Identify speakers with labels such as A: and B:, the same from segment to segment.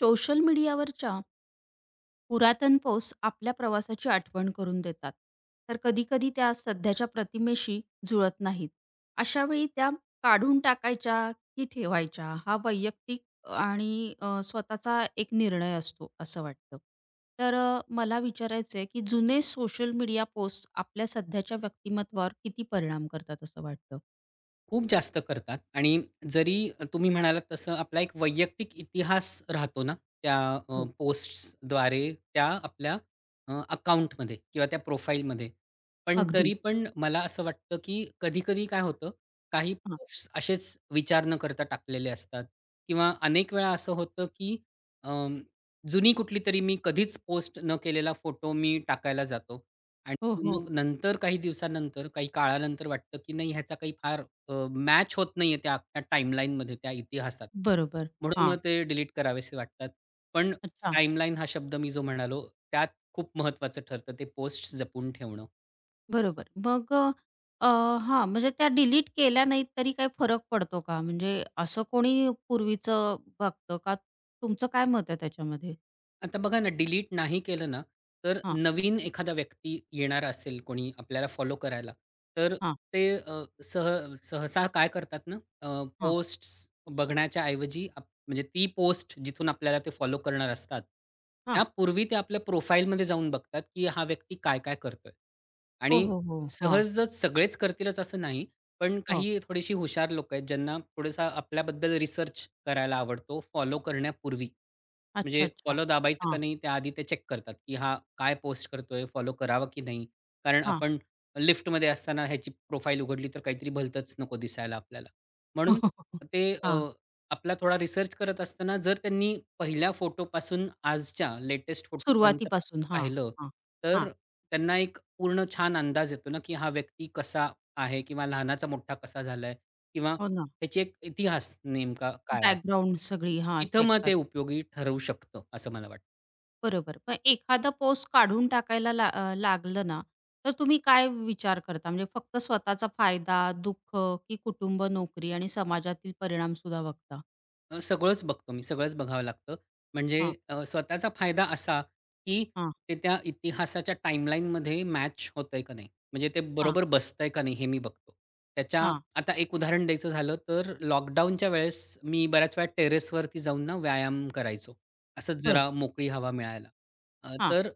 A: Social मीडियावरच्या पुरातन post आपल्या प्रवासाची आठवण करून देतात. तर कधी-कधी त्या सध्याच्या प्रतिमेशी जुळत नाहीत. अशा वेळी त्या काढून टाकायच्या की ठेवायच्या हा वैयक्तिक आणि स्वतःचा एक निर्णय असतो असं वाटतं. तर मला विचारायचं आहे की जुने सोशल मीडिया पोस्ट आपल्या सध्याच्या व्यक्तिमत्वावर किती परिणाम करतात असं वाटतं?
B: खूप जास्त करतात आणि जरी तुम्ही म्हणालात तसं आपला एक वैयक्तिक इतिहास राहतो ना, त्या
A: हो.
B: पोस्ट्सद्वारे त्या आपल्या अकाउंटमध्ये किंवा त्या प्रोफाईलमध्ये. पण
A: अगदी.
B: तरी पण मला असं वाटतं, की कधी-कधी काय होतं, काही
A: हां.
B: पोस्ट्स असेच विचार न करता टाकलेले असतात किंवा अनेक वेळा असं होतं, की अं, जुनी कुठलीतरी मी कधीच पोस्ट न केलेला फोटो मी टाकायला जातो
A: हो,
B: आणि
A: हो.
B: मग नंतर काही दिवसानंतर, काही काळानंतर वाटतं, की नाही ह्याचा काही फार मॅच होत नाहीये त्या आपल्या टाईमलाईनमध्ये, त्या इतिहासात.
A: बरोबर.
B: म्हणून
A: हां.
B: मग ते डिलीट करावेसे वाटतात. पण
A: अच्छा.
B: टाईमलाईन हा शब्द मी जो म्हणालो, त्यात खूप महत्त्वाचं ठरतं ते पोस्ट्स जपून ठेवणं.
A: बरोबर. मग अ, अ, म्हणजे त्या डिलीट केल्या नाहीत तरी काही फरक पडतो का? म्हणजे असं कोणी पूर्वीचं बघतं का? तुमचं काय मत आहे त्याच्यामध्ये?
B: आता बघा ना, डिलीट नाही केलं ना, तर
A: हां,
B: नवीन एखादा व्यक्ती येणार असेल कोणी आपल्याला फॉलो करायला, तर
A: हां,
B: ते सहसा काय करतात ना, पोस्ट
A: हां,
B: पोस्ट्स बघण्याच्या ऐवजी म्हणजे ती पोस्ट जिथून आपल्याला ते फॉलो करणार असतात,
A: हां.
B: त्यापूर्वी ते आपल्या प्रोफाईलमध्ये जाऊन बघतात, की हा व्यक्ती काय-काय करतोय.
A: हो,
B: आणि
A: हो, हो. हां,
B: सहजच सगळेच करतीलच असं नाही, पण
A: हो.
B: काही थोडीशी हुशार लोकं आहेत, ज्यांना थोडासा आपल्याबद्दल रिसर्च करायला आवडतो, फॉलो करण्यापूर्वी.
A: अच्छा,
B: म्हणजे
A: अच्छा.
B: फॉलो दाबायचं का
A: हां,
B: नाही त्याआधी ते चेक करतात, की हा काय पोस्ट करतोय, फॉलो करावा की नाही? कारण
A: हां.
B: आपण लिफ्टमध्ये असताना ह्याची प्रोफाईल उघडली तर काहीतरी भलतंच नको दिसायला आपल्याला. म्हणून ते
A: हां.
B: आपला थोडा रिसर्च करत असताना जर त्यांनी पहिल्या फोटोपासून आजच्या लेटेस्ट फोटोपर्यंत
A: सुरुवातीपासून. हां,
B: पाहिलं,
A: हां, हां.
B: तर त्यांना एक पूर्ण छान अंदाज येतो ना, की हा व्यक्ती कसा आहे किंवा लहानाचा मोठा कसा झालाय. किंवा
A: हो ना.
B: त्याची एक इतिहास नेमका काय आहे?
A: बॅकग्राऊंड सगळी हां,
B: तिथं
A: चेक
B: मग
A: कर
B: ते उपयोगी ठरवू शकतं, असं मला वाटतं.
A: बरोबर. पण एखादा पोस्ट काढून टाकायला लागलं ना, तर तुम्ही काय विचार करता? म्हणजे फक्त स्वतःचा फायदा, दुःख की कुटुंब, नोकरी आणि समाजातील परिणाम सुद्धा बघता?
B: सगळंच बघतो मी, सगळंच बघावं लागतं. म्हणजे
A: हां,
B: स्वतःचा फायदा असा, की
A: हां,
B: ते त्या इतिहासाच्या टाईमलाईनमध्ये मॅच होतंय का नाही? म्हणजे ते
A: हां,
B: बरोबर बसतंय का नाही? हे मी बघतो. त्याच्या
A: हां.
B: आता एक उदाहरण द्यायचं झालं तर लॉकडाऊनच्या वेळेस मी बऱ्याच वेळा टेरेसवरती जाऊन ना व्यायाम करायचो. असंच
A: बरं.
B: जरा मोकळी हवा मिळायला.
A: हां.
B: तर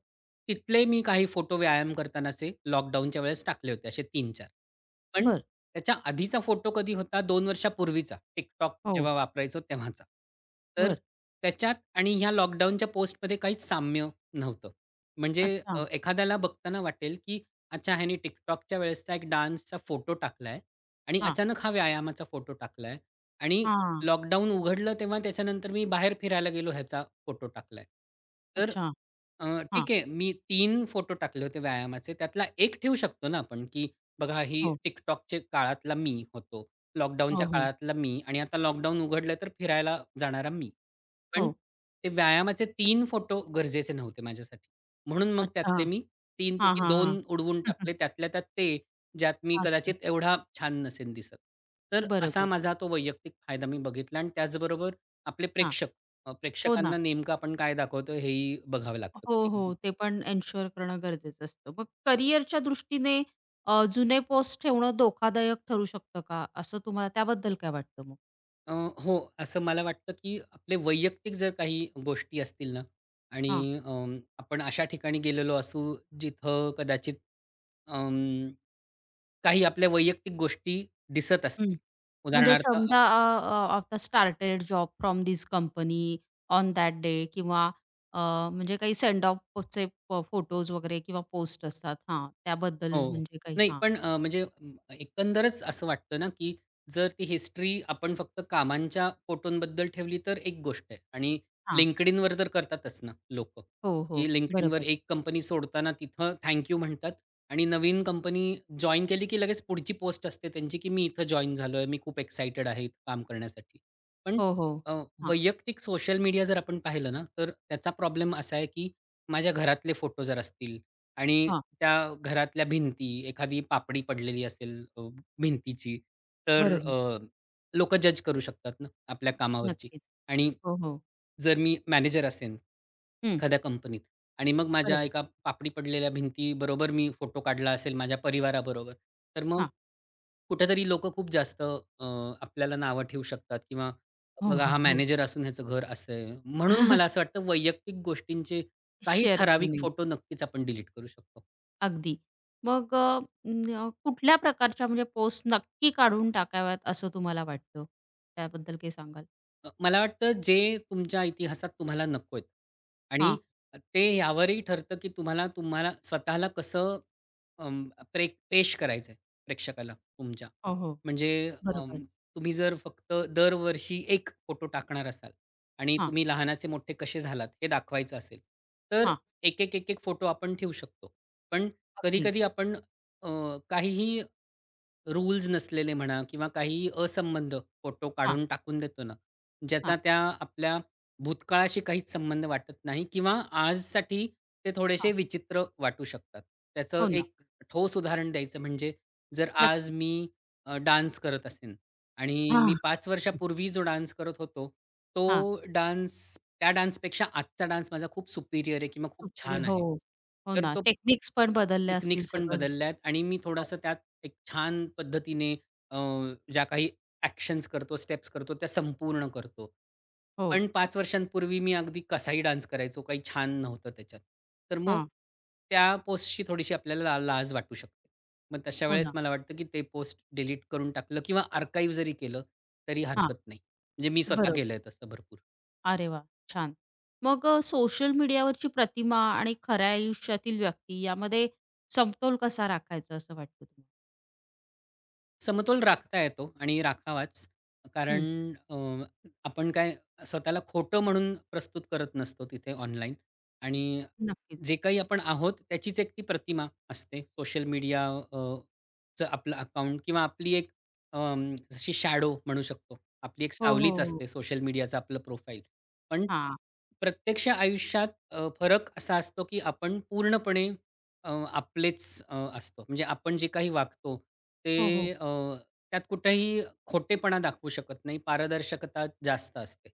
B: तिथले मी काही फोटो व्यायाम करतानाचे लॉकडाऊनच्या वेळेस टाकले होते असे 3-4. पण
A: बरं.
B: त्याच्या आधीचा फोटो कधी होता 2 वर्षापूर्वीचा TikTok
A: हो.
B: जेव्हा वापरायचो तेव्हाचा. तर
A: बरं.
B: त्याच्यात आणि ह्या लॉकडाऊनच्या पोस्टमध्ये काहीच साम्य नव्हतं. म्हणजे
A: अच्छा.
B: एखाद्याला बघताना वाटेल, की अच्छा ह्याने TikTokच्या वेळेसचा एक डान्सचा फोटो टाकलाय आणि
A: हां.
B: अचानक हा व्यायामाचा फोटो टाकलाय आणि
A: हां.
B: लॉकडाऊन उघडलं तेव्हा त्याच्यानंतर मी बाहेर फिरायला गेलो ह्याचा फोटो टाकलाय. तर
A: अच्छा.
B: अ,
A: हां.
B: ठीक आहे मी 3 फोटो टाकले होते व्यायामाचे. त्यातला एक ठेवू शकतो ना आपण, की बघा ही
A: हो.
B: TikTokच्या काळातला मी होतो.
A: हो,
B: लॉकडाऊनच्या
A: हो.
B: काळातला मी आणि आता लॉकडाऊन उघडलं तर फिरायला जाणारा मी. पण
A: हो.
B: ते व्यायामाचे 3 फोटो गरजेचे नव्हते माझ्यासाठी. म्हणून मग
A: अच्छा.
B: त्यातले मी 3
A: हां,
B: पैकी
A: हां,
B: 2 उडवून
A: हां.
B: टाकले. त्यातल्या त्यात ते, ज्यात मी
A: अच्छा.
B: कदाचित एवढा छान नसेन दिसत. तर असा
A: बरोबर.
B: माझा तो वैयक्तिक फायदा मी बघितला आणि त्याचबरोबर आपले
A: हां.
B: प्रेक्षक
A: हो
B: प्रेक्षकांना
A: ना.
B: नेमकं आपण काय दाखवतो हेही बघावं लागतं
A: हो, हो.
B: कधी-कधी.
A: ते पण एन्शुअर करणं गरजेचं असतं. मग करिअरच्या दृष्टीने जुने पोस्ट ठेवणं धोकादायक ठरू शकतं का? असं तुम्हाला त्याबद्दल काय वाटतं मग?
B: अ, हो, असं मला वाटतं, की आपले वैयक्तिक जर काही गोष्टी असतील ना आणि
A: हां.
B: अ, आपण अशा ठिकाणी गेलेलो असू जिथं कदाचित काही आपल्या वैयक्तिक गोष्टी दिसत
A: हं.
B: असतील.
A: म्हणजे
B: उदाहरणार्थ,
A: समजा अ, अ, आता started job from this company on that day किंवा अ, म्हणजे काही सेंड ऑफचे फोटोज वगैरे किंवा पोस्ट असतात. हां,
B: हो.
A: त्याबद्दल
B: हो.
A: म्हणजे काही
B: नाही
A: हां,
B: पण म्हणजे एकंदरच असं वाटतं ना, की जर ती हिस्ट्री आपण फक्त कामांच्या फोटोंबद्दल ठेवली तर एक गोष्ट आहे आणि
A: हां.
B: LinkedIn वर तर करतातच ना लोकं,
A: हो,
B: की
A: हो.
B: LinkedIn वर
A: बरोबर.
B: एक कंपनी सोडताना तिथं थँक यू म्हणतात आणि नवीन कंपनी जॉइन केली, की लगेच पुढची पोस्ट असते त्यांची, की मी इथं जॉइन झालोय, मी खूप एक्साइटेड आहे इथं काम करण्यासाठी. पण
A: हो, हो.
B: अ,
A: हां,
B: वैयक्तिक सोशल मीडिया जर आपण पाहिलं ना, तर त्याचा प्रॉब्लेम असा आहे, की माझ्या घरातले फोटो जर असतील आणि
A: हां.
B: त्या घरातल्या भिंती, एखादी पापडी पडलेली असेल भिंतीची, तर
A: बरोबर.
B: जज करू शकतात ना आपल्या कामावरची.
A: नक्कीच.
B: आणि
A: हो, हो.
B: जर मी मॅनेजर असेन
A: हं.
B: एखाद्या कंपनीत आणि मग माझ्या
A: बरोबर.
B: एका पापडी पडलेल्या भिंतीबरोबर मी फोटो काढला असेल माझ्या परिवाराबरोबर, तर मग
A: हां.
B: कुठेतरी लोकं खूप जास्त आपल्याला नावं ठेवू शकतात किंवा
A: हो,
B: बघा
A: हो,
B: हा
A: हो.
B: मॅनेजर असून ह्याचं घर असं आहे. म्हणून मला असं वाटतं वैयक्तिक गोष्टींचे काही
A: शेअर
B: ठराविक
A: करून येईल.
B: फोटो नक्कीच आपण डिलीट करू शकतो.
A: अगदी. मग न कुठल्या प्रकारच्या म्हणजे पोस्ट नक्की काढून टाकाव्यात असं तुम्हाला वाटतं? त्याबद्दल काही सांगाल?
B: मला वाटतं जे तुमच्या इतिहासात तुम्हाला नकोयत आणि
A: हां.
B: ते यावरही ठरतं, की तुम्हाला तुम्हाला स्वतःला कसं अं, पेश करायचंय प्रेक्षकाला तुमच्या.
A: हो, हो.
B: म्हणजे अं,
A: बरोबर.
B: तुम्ही जर फक्त दरवर्षी एक फोटो टाकणार असाल आणि
A: हां,
B: तुम्ही लहानाचे मोठे कसे झालात हे दाखवायचं असेल, तर
A: हां.
B: एक, एक, एक, एक फोटो आपण ठेवू शकतो. पण
A: अगदी.
B: कधी-कधी आपण अ, काहीही रूल्स नसलेले म्हणा किंवा काहीही असंबद्ध फोटो
A: हां,
B: काढून टाकून देतो ना,
A: हां,
B: ज्याचा त्या आपल्या भूतकाळाशी काहीच संबंध वाटत नाही किंवा आजसाठी ते थोडेसे
A: हां.
B: विचित्र वाटू शकतात. त्याचं
A: हो ना.
B: एक ठोस उदाहरण द्यायचं म्हणजे जर आज
A: नक्कीच.
B: मी डान्स करत असेन आणि मी
A: हां,
B: 5 वर्षापूर्वी जो डान्स करत होतो,
A: हां.
B: तो डान्स त्या डान्सपेक्षा आजचा डान्स माझा खूप सुपिरियर आहे किंवा खूप
A: सुपीरियर
B: छान
A: हो.
B: आहे.
A: हो
B: तर
A: ना.
B: तो
A: टेक्निक्स पण बदलल्या असतील
B: टेक्निक्स पण
A: सगळंच.
B: बदलल्यात आणि मी
A: हो,
B: थोडासा त्यात एक छान पद्धतीने अ, ज्या काही ॲक्शन्स करतो, स्टेप्स करतो, त्या संपूर्ण करतो.
A: हो.
B: पण 5 वर्षांपूर्वी मी अगदी कसाही डान्स करायचो, काही छान नव्हतं त्याच्यात. तर मग
A: हां.
B: त्या पोस्टची थोडीशी आपल्याला लाज वाटू शकते. मग तशा
A: हो
B: वेळेस
A: ना.
B: मला वाटतं, की ते पोस्ट डिलीट करून टाकलं किंवा आर्काइव्ह जरी केलं, तरी
A: हां.
B: हरकत नाही. म्हणजे मी स्वतः
A: बरोबर.
B: केलंय तसं भरपूर.
A: अरे वाह! छान. मग सोशल मीडियावरची प्रतिमा आणि खऱ्या आयुष्यातील व्यक्ती यामध्ये समतोल कसा राखायचा असं वाटतं तुम्हाला?
B: समतोल राखता येतो आणि राखावाच. कारण
A: हं.
B: अ, आपण काय स्वतःला खोटं म्हणून प्रस्तुत करत नसतो तिथे ऑनलाईन आणि
A: नक्कीच.
B: जे काही आपण आहोत त्याचीच एक ती प्रतिमा असते. सोशल मीडिया अ, चं आपलं अकाउंट किंवा आपली एक जशी शॅडो म्हणू शकतो. आपली एक
A: हो,
B: सावलीच
A: हो, हो.
B: असते सोशल मीडियाचं आपलं प्रोफाईल. पण
A: हां.
B: प्रत्यक्ष आयुष्यात फरक असा असतो, की आपण पूर्णपणे आपलेच असतो. म्हणजे आपण जे काही वागतो ते
A: हो, हो.
B: त्यात कुठेही खोटेपणा दाखवू शकत नाही. पारदर्शकता जास्त असते.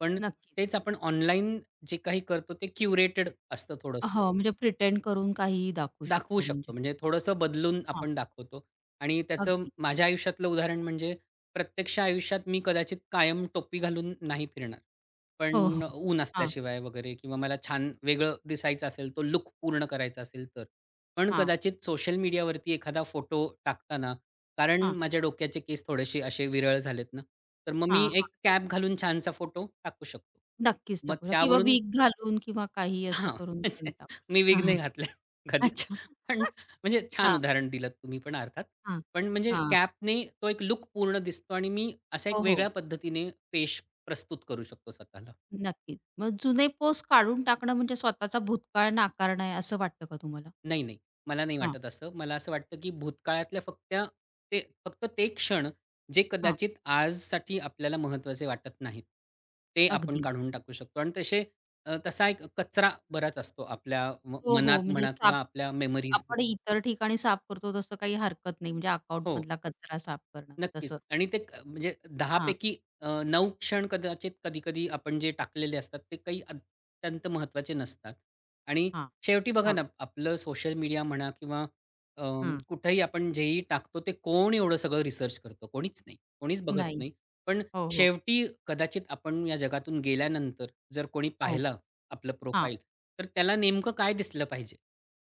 B: पण
A: नक्कीच.
B: तेच आपण ऑनलाईन जे काही करतो ते क्युरेटेड असतं थोडंसं.
A: हो, म्हणजे प्रिटेंड करून काहीही दाखवू
B: दाखवू
A: शकतो
B: शकतो
A: म्हणजे.
B: म्हणजे थोडंसं बदलून
A: हां.
B: आपण दाखवतो आणि त्याचं
A: अगदी.
B: माझ्या आयुष्यातलं उदाहरण म्हणजे प्रत्यक्ष आयुष्यात मी कदाचित कायम टोपी घालून नाही फिरणार.
A: हो, हो.
B: पण ऊन
A: हां,
B: असल्याशिवाय वगैरे किंवा मला छान वेगळं दिसायचं असेल, तो लूक पूर्ण करायचा असेल तर. पण
A: हां,
B: कदाचित सोशल मीडियावरती एखादा फोटो टाकताना कारण
A: हां,
B: माझ्या डोक्याचे केस थोडेसे असे विरळ झालेत ना, तर मग मी
A: हां, हां.
B: एक कॅप घालून छानसा फोटो टाकू शकतो.
A: नक्कीच
B: मग
A: टाकू शकतो किंवा
B: त्यावरून
A: विग घालून किंवा काही असं
B: हां,
A: करून पण
B: म्हणजे
A: टाकू
B: मी
A: शकतो. हां,
B: विग नाही
A: हां.
B: घातला कधीच.
A: अच्छा.
B: पण म्हणजे छान
A: हां,
B: उदाहरण दिलंत तुम्ही पण अर्थात.
A: हां,
B: पण म्हणजे
A: हां.
B: कॅपने तो एक लुक पूर्ण दिसतो आणि मी असा एक
A: हो, हो.
B: वेगळ्या पद्धतीने पेश प्रस्तुत करू शकतो स्वतःला.
A: नक्कीच. मग जुने पोस्ट काढून टाकणं म्हणजे स्वतःचा भूतकाळ नाकारणं आहे असं वाटतं का तुम्हाला?
B: नाही, नाही, मला नाही
A: हां,
B: वाटत असं. मला असं वाटतं, की भूतकाळातल्या फक्त ते फक्त ते क्षण जे
A: हां.
B: कदाचित आजसाठी आपल्याला महत्त्वाचे वाटत नाहीत, ते आपण
A: अगदी.
B: काढून टाकू शकतो आणि तसे तसा एक कचरा बराच असतो आपल्या म
A: हो, हो.
B: मनात
A: म्हणजे
B: म्हणा
A: साफ
B: किंवा आपल्या मेमरीज
A: आपण इतर ठिकाणी साफ करतो तसं काही हरकत नाही म्हणजे
B: हो.
A: अकाउंटमधला कचरा साफ करणं
B: नक्कीच.
A: तसं.
B: आणि ते म्हणजे 10
A: हां,
B: 9 क्षण कदाचित कधी-कधी आपण जे टाकलेले असतात, ते काही अत्यंत महत्त्वाचे नसतात. आणि
A: हां,
B: शेवटी बघा
A: हां,
B: ना, आपलं सोशल मीडिया म्हणा किंवा अ,
A: हां.
B: कुठेही आपण जेही टाकतो, ते कोण एवढं सगळं रिसर्च करतं? कोणीच नाही. कोणीच बघत
A: नाही.
B: नाही. पण
A: हो, हो.
B: शेवटी कदाचित आपण या जगातून गेल्यानंतर जर कोणी
A: हो.
B: पाहिलं आपलं
A: हां,
B: प्रोफाईल, तर त्याला नेमकं काय दिसलं पाहिजे?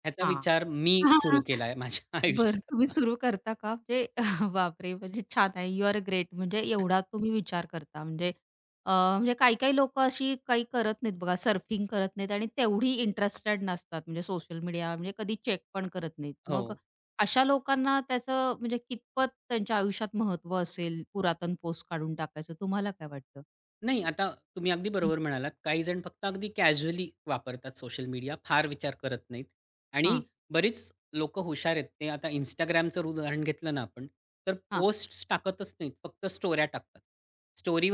B: ह्याचा
A: हां.
B: विचार मी सुरू केला आहे माझ्या
A: बरं,
B: आयुष्यात.
A: तुम्ही सुरू करता का? म्हणजे बापरे! म्हणजे छान आहे. You are great. म्हणजे एवढा तुम्ही विचार करता. म्हणजे म्हणजे काही-काही लोकं अशी काही करत नाहीत बघा, सर्फिंग करत नाहीत आणि तेवढी इंटरेस्टेड नसतात. म्हणजे सोशल मीडिया म्हणजे कधी चेक पण करत नाहीत.
B: हो.
A: मग अशा लोकांना त्याचं म्हणजे कितपत त्यांच्या आयुष्यात महत्त्व असेल पुरातन पोस्ट काढून टाकायचं, तुम्हाला काय वाटतं?
B: नाही, आता तुम्ही अगदी
A: हं.
B: बरोबर म्हणालात. काही जण फक्त अगदी कॅज्युअली वापरतात सोशल मीडिया, फार विचार करत नाहीत
A: हां,
B: आणि बरीच लोकं हुशार आहेत. ते आता Instagramचं उदाहरण घेतलं ना आपण, तर
A: हां.
B: पोस्ट टाकतच नाहीत, फक्त स्टोऱ्या टाकतात.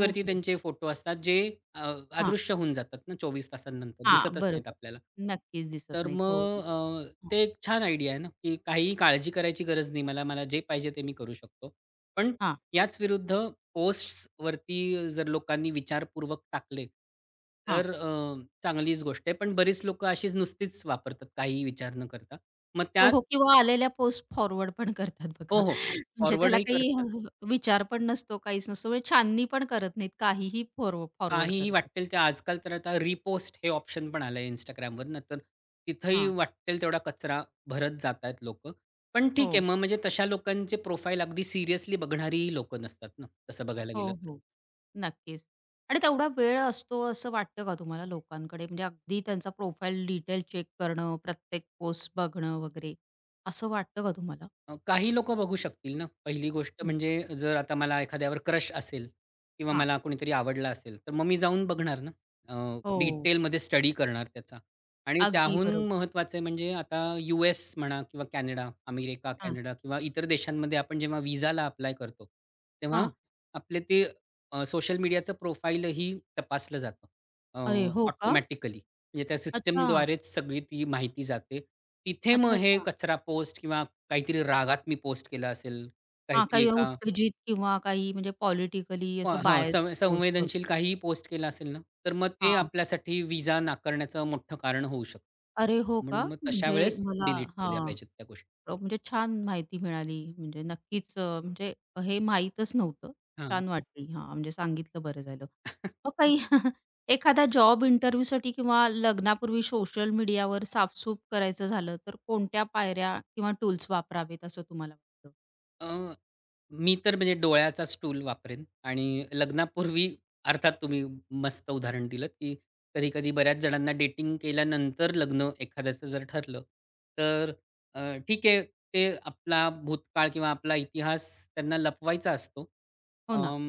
A: हो, हो.
B: त्यांचे फोटो असतात जे अ,
A: हां,
B: अदृश्य होऊन जातात ना 24 तासांनंतर,
A: हां.
B: दिसतच नाहीत
A: बरोबर.
B: आपल्याला.
A: नक्कीच दिसत
B: तर
A: नाहीत. हो.
B: मग ते एक छान आयडिया आहे ना, की काहीही काळजी करायची गरज नाही मला. मला जे पाहिजे ते मी करू शकतो. पण
A: हां,
B: याच विरुद्ध पोस्ट्सवरती जर लोकांनी विचारपूर्वक टाकले,
A: हां.
B: तर चांगलीच गोष्ट आहे. पण बरीच लोकं अशीच नुसतीच वापरतात, काहीही विचार न करता. मग
A: हो,
B: त्यात
A: हो. किंवा आलेल्या पोस्ट फॉरवर्ड पण करतात
B: हो,
A: बघा.
B: हो.
A: म्हणजे त्याला
B: फॉरवर्डही
A: काही
B: करतात.
A: विचार पण नसतो, काहीच नसतो. म्हणजे छाननी पण करत नाहीत. काहीही फॉरवर्ड
B: काहीही
A: करतात.
B: वाटेल ते आजकाल तर आता रिपोस्ट हे ऑप्शन पण आलंय Instagramवर ना, तर तिथंही
A: हां.
B: वाटेल तेवढा कचरा भरत जात आहेत लोकं. पण ठीक आहे
A: हो.
B: मग म्हणजे तशा लोकांचे प्रोफाईल अगदी सिरियसली बघणारीही लोकं नसतात ना, तसं बघायला गेलं
A: हो, हो. नक्कीच. आणि तेवढा वेळ असतो असं वाटतं का तुम्हाला लोकांकडे? म्हणजे अगदी त्यांचा प्रोफाईल डिटेल चेक करणं, प्रत्येक पोस्ट बघणं वगैरे असं वाटतं का तुम्हाला?
B: काही लोकं बघू शकतील ना. पहिली गोष्ट
A: हं.
B: म्हणजे जर आता मला एखाद्यावर क्रश असेल किंवा
A: हां.
B: मला कोणीतरी आवडला असेल, तर मग मी जाऊन बघणार ना. अ,
A: हो.
B: डिटेलमध्ये स्टडी करणार त्याचा आणि
A: अगदी
B: त्याहून
A: बरोबर.
B: महत्त्वाचं आहे म्हणजे आता यू-एस म्हणा किंवा कॅनडा, अमेरिका,
A: हां.
B: कॅनडा किंवा इतर देशांमध्ये आपण जेव्हा व्हिसाला अप्लाय करतो, तेव्हा
A: हां.
B: आपले ते सोशल मीडियाचं प्रोफाईलही तपासलं जातं
A: अरे हो का?
B: ऑटोमॅटिकली. म्हणजे त्या
A: अच्छा.
B: सिस्टमद्वारेच सगळी ती माहिती जाते. तिथे मग
A: अच्छा,
B: हे
A: अच्छा.
B: कचरा पोस्ट किंवा काहीतरी रागात मी पोस्ट केलं असेल,
A: हां,
B: काहीतरी
A: काही
B: एका
A: उत्तेजित किंवा काही म्हणजे पॉलिटिकली
B: हां,
A: असं
B: हां,
A: बायस्ड
B: सं
A: पोस्ट
B: संवेदनशील
A: वगैरे.
B: काहीही पोस्ट केलं असेल ना, तर मग ते
A: हां.
B: आपल्यासाठी व्हिसा नाकारण्याचं मोठं कारण होऊ शकतं.
A: अरे हो का?
B: म्हणून मग तशा
A: म्हणजे
B: वेळेस
A: मला
B: डिलीट केल्या
A: हां,
B: पाहिजेत त्या गोष्टी.
A: म्हणजे छान माहिती मिळाली. म्हणजे नक्कीच म्हणजे हे माहीतच नव्हतं.
B: हां.
A: छान वाटली. हां, म्हणजे सांगितलं बरं झालं. मग काही एखादा जॉब इंटरव्ह्यूसाठी किंवा लग्नापूर्वी सोशल मीडियावर साफसूफ करायचं झालं, तर कोणत्या पायऱ्या किंवा टूल्स वापरावेत असं तुम्हाला वाटतं?
B: अ, मी तर म्हणजे डोळ्याचा स्टूल वापरेन आणि लग्नापूर्वी अर्थात तुम्ही मस्त उदाहरण दिलंत, की कधी-कधी बऱ्याच जणांना डेटिंग केल्यानंतर लग्न एखाद्याचं जर ठरलं, तर अ, ठीक आहे, ते आपला भूतकाळ किंवा आपला इतिहास त्यांना लपवायचा असतो.
A: हो ना.
B: अं,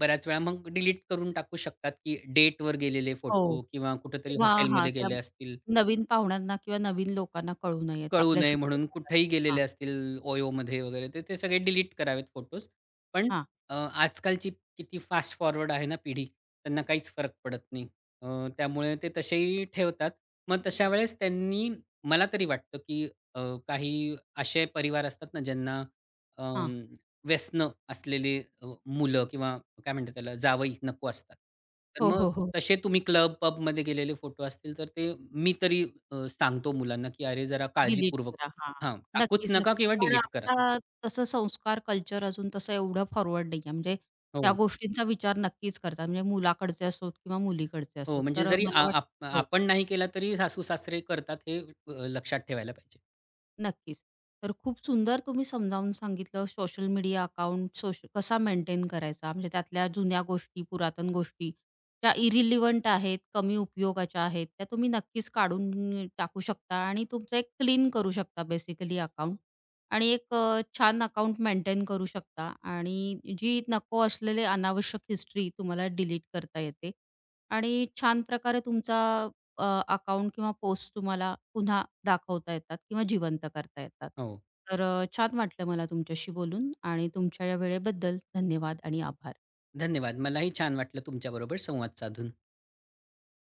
B: बऱ्याच वेळा मग डिलीट करून टाकू शकतात, की डेटवर गेलेले
A: हो.
B: फोटो किंवा कुठेतरी
A: किंवा हां,
B: हॉटेलमध्ये
A: त्या
B: गेले असतील
A: नवीन पाहुण्यांना किंवा नवीन लोकांना कळू नयेत.
B: कळू नये
A: आपल्याशी
B: म्हणून कुठेही
A: हां,
B: गेलेले असतील ओयोमध्ये वगैरे, तर ते सगळे डिलीट करावेत फोटोज. पण
A: हां,
B: आजकालची किती फास्ट फॉरवर्ड आहे ना पिढी, त्यांना काहीच फरक पडत नाही. अ, त्यामुळे ते तसेही ठेवतात. मग तशा
A: हां,
B: वेळेस त्यांनी मला तरी वाटतं, की अ, काही असे परिवार असतात ना ज्यांना
A: हां.
B: अं, व्यसनं असलेली मुलं किंवा काय म्हणतात त्याला जावई नको असतात. तर
A: हो,
B: मग
A: हो, हो.
B: तसे तुम्ही क्लब, पबमध्ये गेलेले फोटो असतील, तर ते मी तरी सांगतो मुलांना, की "अरे, जरा
A: डिलीट
B: काळजीपूर्वक
A: करा. हां.
B: हां, टाकूच
A: नक्कीच,
B: नका
A: नक्कीच.
B: किंवा
A: कारण
B: डिलीट करा."
A: आपला तसं संस्कार, कल्चर अजून तसं एवढं फॉरवर्ड नाही आहे. म्हणजे त्या
B: हो,
A: गोष्टींचा विचार नक्कीच करतात. म्हणजे मुलाकडचे असोत किंवा मुलीकडचे
B: हो.
A: असोत.
B: म्हणजे
A: तर
B: जरी आ
A: मला
B: आप
A: वाटतं हो.
B: आपण नाही केला तरी सासू-सासरे करतात हे लक्षात ठेवायला पाहिजे.
A: नक्कीच. तर खूप सुंदर तुम्ही समजावून सांगितलं सोशल मीडिया अकाउंट कसा मेंटेन करायचा. म्हणजे त्यातल्या जुन्या गोष्टी, पुरातन गोष्टी ज्या इरिलिव्हंट आहेत, कमी उपयोगाच्या आहेत, त्या तुम्ही नक्कीच काढून टाकू शकता आणि तुमचं एक क्लीन करू शकता बेसिकली अकाउंट आणि एक छान अकाउंट मेंटेन करू शकता आणि जी नको असलेली अनावश्यक हिस्ट्री तुम्हाला डिलीट करता येते आणि छान प्रकारे तुमचा अ, अकाउंट किंवा पोस्ट तुम्हाला पुन्हा दाखवता येतात किंवा जिवंत करता येतात.
B: हो.
A: तर छान वाटलं मला तुमच्याशी बोलून आणि तुमच्या या वेळेबद्दल धन्यवाद आणि आभार.
B: धन्यवाद. मलाही छान वाटलं तुमच्याबरोबर संवाद साधून.